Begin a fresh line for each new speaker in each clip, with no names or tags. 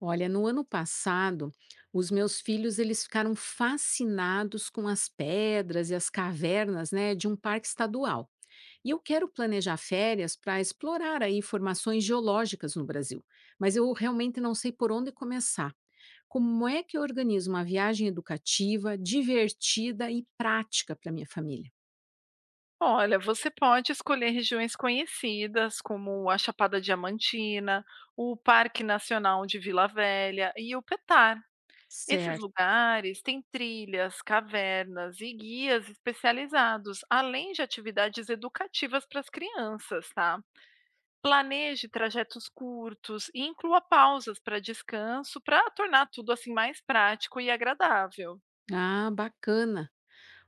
Olha, no ano passado, os meus filhos eles ficaram fascinados com as pedras e as cavernas, né, de um parque estadual. E eu quero planejar férias para explorar aí formações geológicas no Brasil, mas eu realmente não sei por onde começar. Como é que eu organizo uma viagem educativa, divertida e prática para minha família?
Olha, você pode escolher regiões conhecidas, como a Chapada Diamantina, o Parque Nacional de Vila Velha e o Petar. Esses
Certo.
lugares têm trilhas, cavernas e guias especializados, além de atividades educativas para as crianças, tá? Planeje trajetos curtos e inclua pausas para descanso para tornar tudo assim mais prático e agradável.
Ah, bacana.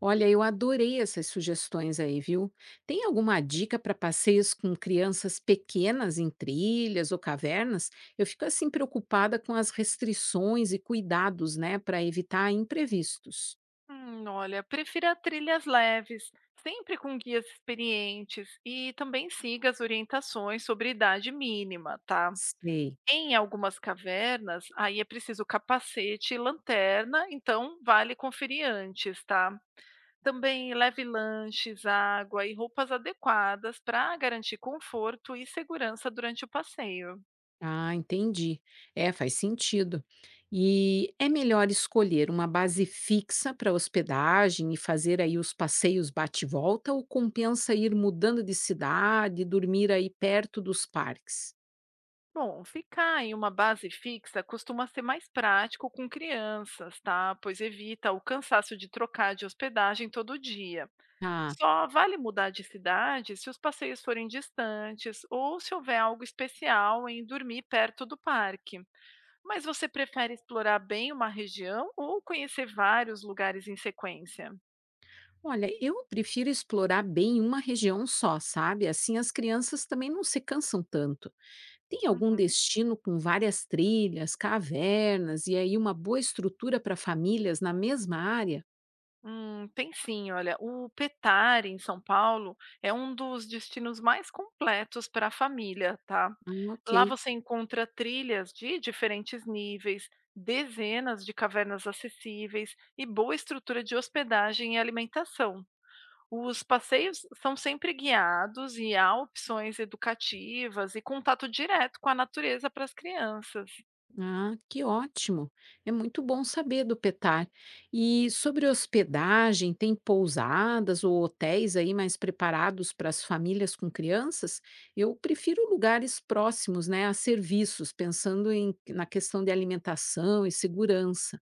Olha, eu adorei essas sugestões aí, viu? Tem alguma dica para passeios com crianças pequenas em trilhas ou cavernas? Eu fico assim preocupada com as restrições e cuidados, né, para evitar imprevistos.
Olha, prefira trilhas leves, sempre com guias experientes e também siga as orientações sobre idade mínima, tá?
Sei.
Em algumas cavernas, aí é preciso capacete e lanterna, então vale conferir antes, tá? Também leve lanches, água e roupas adequadas para garantir conforto e segurança durante o passeio.
Ah, entendi. É, faz sentido. E é melhor escolher uma base fixa para hospedagem e fazer aí os passeios bate-volta ou compensa ir mudando de cidade e dormir aí perto dos parques?
Bom, ficar em uma base fixa costuma ser mais prático com crianças, tá? Pois evita o cansaço de trocar de hospedagem todo dia.
Ah.
Só vale mudar de cidade se os passeios forem distantes ou se houver algo especial em dormir perto do parque. Mas você prefere explorar bem uma região ou conhecer vários lugares em sequência?
Olha, eu prefiro explorar bem uma região só, sabe? Assim as crianças também não se cansam tanto. Tem algum
Uhum.
destino com várias trilhas, cavernas e aí uma boa estrutura para famílias na mesma área?
Tem sim, olha, o Petare em São Paulo é um dos destinos mais completos para a família, tá?
Ah, ok.
Lá você encontra trilhas de diferentes níveis, dezenas de cavernas acessíveis e boa estrutura de hospedagem e alimentação. Os passeios são sempre guiados e há opções educativas e contato direto com a natureza para as crianças.
Ah, que ótimo! É muito bom saber do Petar. E sobre hospedagem, tem pousadas ou hotéis aí mais preparados para as famílias com crianças? Eu prefiro lugares próximos, né, a serviços, pensando na questão de alimentação e segurança.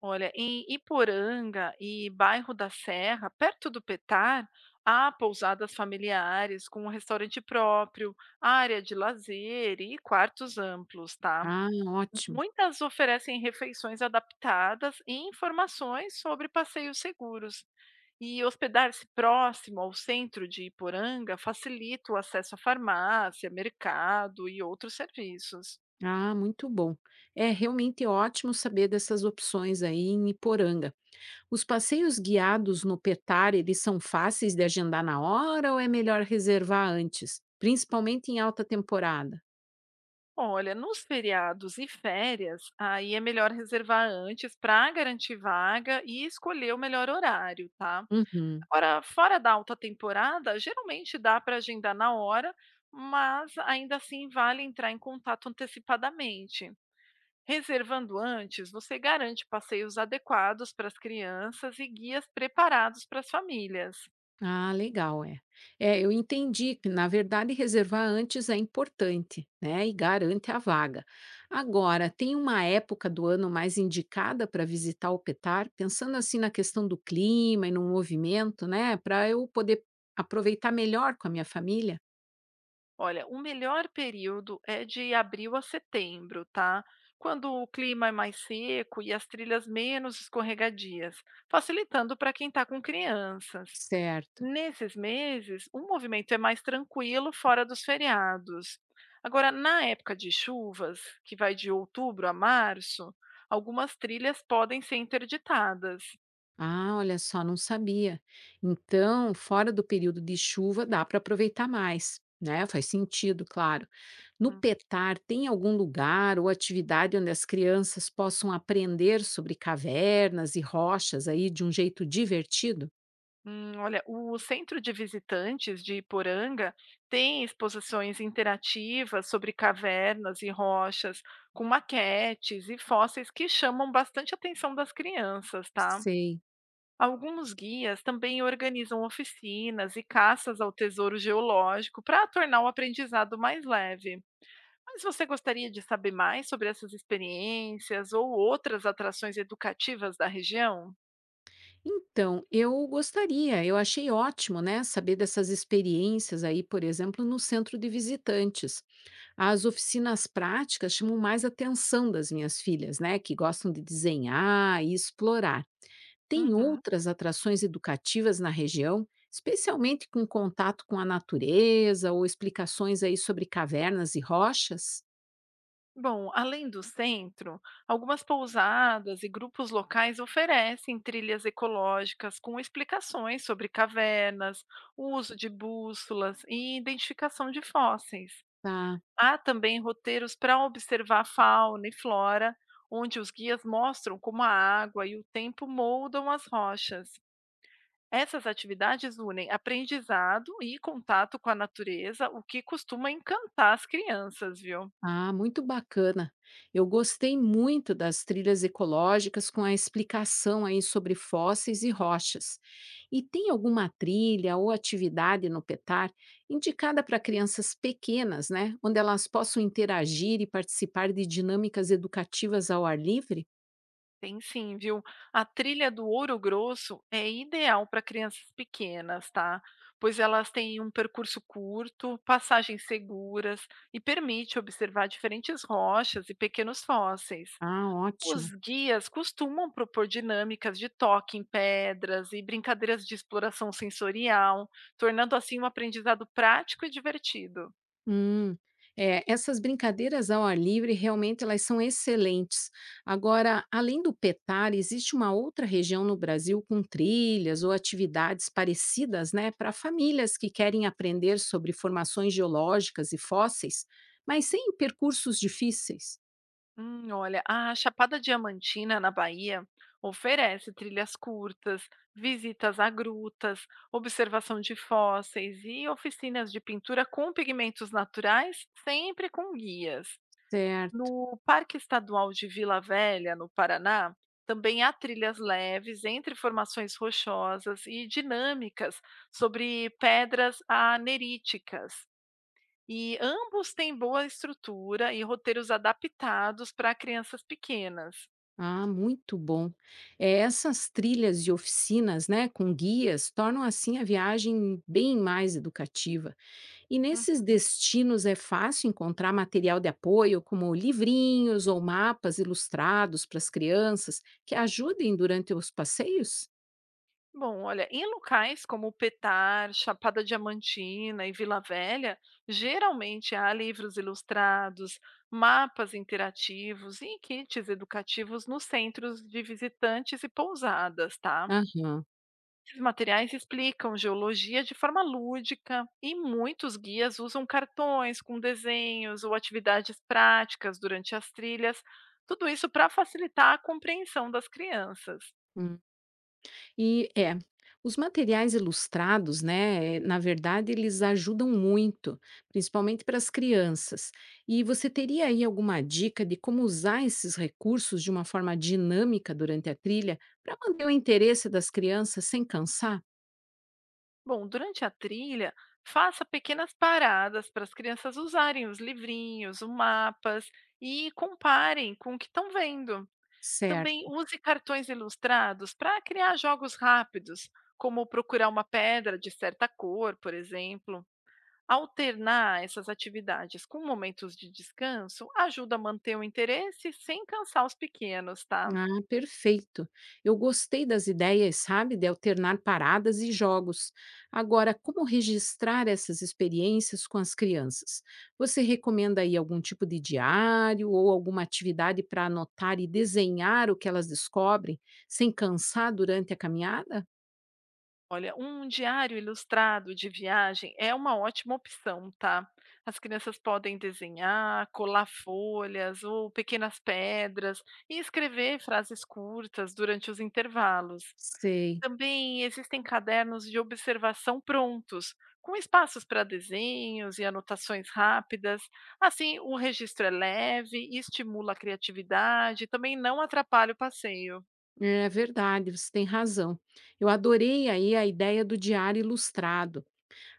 Olha, em Iporanga e bairro da Serra, perto do Petar, há pousadas familiares com um restaurante próprio, área de lazer e quartos amplos, tá?
Ah, ótimo.
Muitas oferecem refeições adaptadas e informações sobre passeios seguros. E hospedar-se próximo ao centro de Iporanga facilita o acesso à farmácia, mercado e outros serviços.
Ah, muito bom. É realmente ótimo saber dessas opções aí em Iporanga. Os passeios guiados no Petar, eles são fáceis de agendar na hora ou é melhor reservar antes, principalmente em alta temporada?
Olha, nos feriados e férias, aí é melhor reservar antes para garantir vaga e escolher o melhor horário, tá?
Uhum.
Agora, fora da alta temporada, geralmente dá para agendar na hora, mas ainda assim vale entrar em contato antecipadamente. Reservando antes, você garante passeios adequados para as crianças e guias preparados para as famílias.
Ah, legal, é. É, eu entendi que, na verdade, reservar antes é importante, né? E garante a vaga. Agora, tem uma época do ano mais indicada para visitar o Petar, pensando assim na questão do clima e no movimento, né? Para eu poder aproveitar melhor com a minha família?
Olha, o melhor período é de abril a setembro, tá? Quando o clima é mais seco e as trilhas menos escorregadias, facilitando para quem está com crianças.
Certo.
Nesses meses, o movimento é mais tranquilo fora dos feriados. Agora, na época de chuvas, que vai de outubro a março, algumas trilhas podem ser interditadas.
Ah, olha só, não sabia. Então, fora do período de chuva, dá para aproveitar mais, né? Faz sentido, claro. No PETAR, tem algum lugar ou atividade onde as crianças possam aprender sobre cavernas e rochas aí de um jeito divertido?
Olha, o Centro de Visitantes de Iporanga tem exposições interativas sobre cavernas e rochas, com maquetes e fósseis que chamam bastante atenção das crianças, tá?
Sei.
Alguns guias também organizam oficinas e caças ao tesouro geológico para tornar o aprendizado mais leve. Mas você gostaria de saber mais sobre essas experiências ou outras atrações educativas da região?
Então, eu gostaria, eu achei ótimo, né, saber dessas experiências aí, por exemplo, no centro de visitantes. As oficinas práticas chamam mais a atenção das minhas filhas, né, que gostam de desenhar e explorar. Tem
Uhum.
outras atrações educativas na região, especialmente com contato com a natureza ou explicações aí sobre cavernas e rochas?
Bom, além do centro, algumas pousadas e grupos locais oferecem trilhas ecológicas com explicações sobre cavernas, o uso de bússolas e identificação de fósseis.
Tá.
Há também roteiros para observar a fauna e flora, onde os guias mostram como a água e o tempo moldam as rochas. Essas atividades unem aprendizado e contato com a natureza, o que costuma encantar as crianças, viu?
Ah, muito bacana. Eu gostei muito das trilhas ecológicas com a explicação aí sobre fósseis e rochas. E tem alguma trilha ou atividade no PETAR indicada para crianças pequenas, né, onde elas possam interagir e participar de dinâmicas educativas ao ar livre?
Tem sim, viu? A trilha do Ouro Grosso é ideal para crianças pequenas, tá? Pois elas têm um percurso curto, passagens seguras e permite observar diferentes rochas e pequenos fósseis.
Ah, ótimo.
Os guias costumam propor dinâmicas de toque em pedras e brincadeiras de exploração sensorial, tornando assim um aprendizado prático e divertido.
Hum, é, essas brincadeiras ao ar livre realmente elas são excelentes. Agora, além do petar, existe uma outra região no Brasil com trilhas ou atividades parecidas, né, para famílias que querem aprender sobre formações geológicas e fósseis, mas sem percursos difíceis.
Olha, a Chapada Diamantina, na Bahia, oferece trilhas curtas, visitas a grutas, observação de fósseis e oficinas de pintura com pigmentos naturais, sempre com guias.
Certo.
No Parque Estadual de Vila Velha, no Paraná, também há trilhas leves entre formações rochosas e dinâmicas sobre pedras aneríticas. E ambos têm boa estrutura e roteiros adaptados para crianças pequenas.
Ah, muito bom. É, essas trilhas e oficinas, né, com guias, tornam assim a viagem bem mais educativa. E
Hum,
nesses destinos é fácil encontrar material de apoio, como livrinhos ou mapas ilustrados para as crianças, que ajudem durante os passeios?
olha, em locais como Petar, Chapada Diamantina e Vila Velha, geralmente há livros ilustrados, mapas interativos e kits educativos nos centros de visitantes e pousadas, tá?
Aham.
Esses materiais explicam geologia de forma lúdica e muitos guias usam cartões com desenhos ou atividades práticas durante as trilhas, tudo isso para facilitar a compreensão das crianças.
Hum. E é, os materiais ilustrados, né, na verdade, eles ajudam muito, principalmente para as crianças. E você teria aí alguma dica de como usar esses recursos de uma forma dinâmica durante a trilha para manter o interesse das crianças sem cansar?
Bom, durante a trilha, faça pequenas paradas para as crianças usarem os livrinhos, os mapas e comparem com o que estão vendo. Também
Certo.
use cartões ilustrados para criar jogos rápidos, como procurar uma pedra de certa cor, por exemplo. Alternar essas atividades com momentos de descanso ajuda a manter o interesse sem cansar os pequenos, tá?
Ah, perfeito. Eu gostei das ideias, sabe, de alternar paradas e jogos. Agora, como registrar essas experiências com as crianças? Você recomenda aí algum tipo de diário ou alguma atividade para anotar e desenhar o que elas descobrem, sem cansar durante a caminhada?
Olha, um diário ilustrado de viagem é uma ótima opção, tá? As crianças podem desenhar, colar folhas ou pequenas pedras e escrever frases curtas durante os intervalos.
Sei.
Também existem cadernos de observação prontos, com espaços para desenhos e anotações rápidas. Assim, o registro é leve, estimula a criatividade e também não atrapalha o passeio.
É verdade, você tem razão. Eu adorei aí a ideia do diário ilustrado.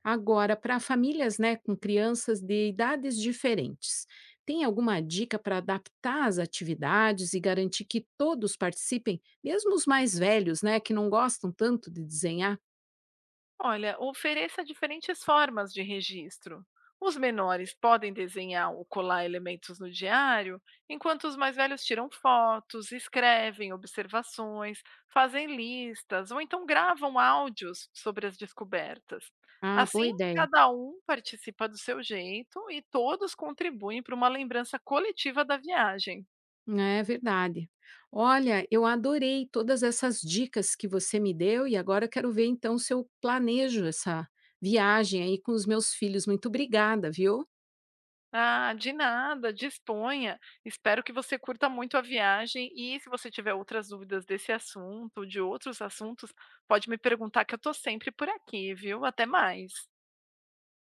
Agora, para famílias né, com crianças de idades diferentes, tem alguma dica para adaptar as atividades e garantir que todos participem, mesmo os mais velhos, né, que não gostam tanto de desenhar?
Olha, ofereça diferentes formas de registro. Os menores podem desenhar ou colar elementos no diário, enquanto os mais velhos tiram fotos, escrevem observações, fazem listas ou então gravam áudios sobre as descobertas.
Ah, boa
Assim,
ideia.
cada um participa do seu jeito e todos contribuem para uma lembrança coletiva da viagem.
É verdade. Olha, eu adorei todas essas dicas que você me deu e agora eu quero ver então se eu planejo essa viagem aí com os meus filhos. Muito obrigada, viu?
Ah, de nada, disponha. Espero que você curta muito a viagem e se você tiver outras dúvidas desse assunto, de outros assuntos, pode me perguntar que eu estou sempre por aqui, viu? Até mais.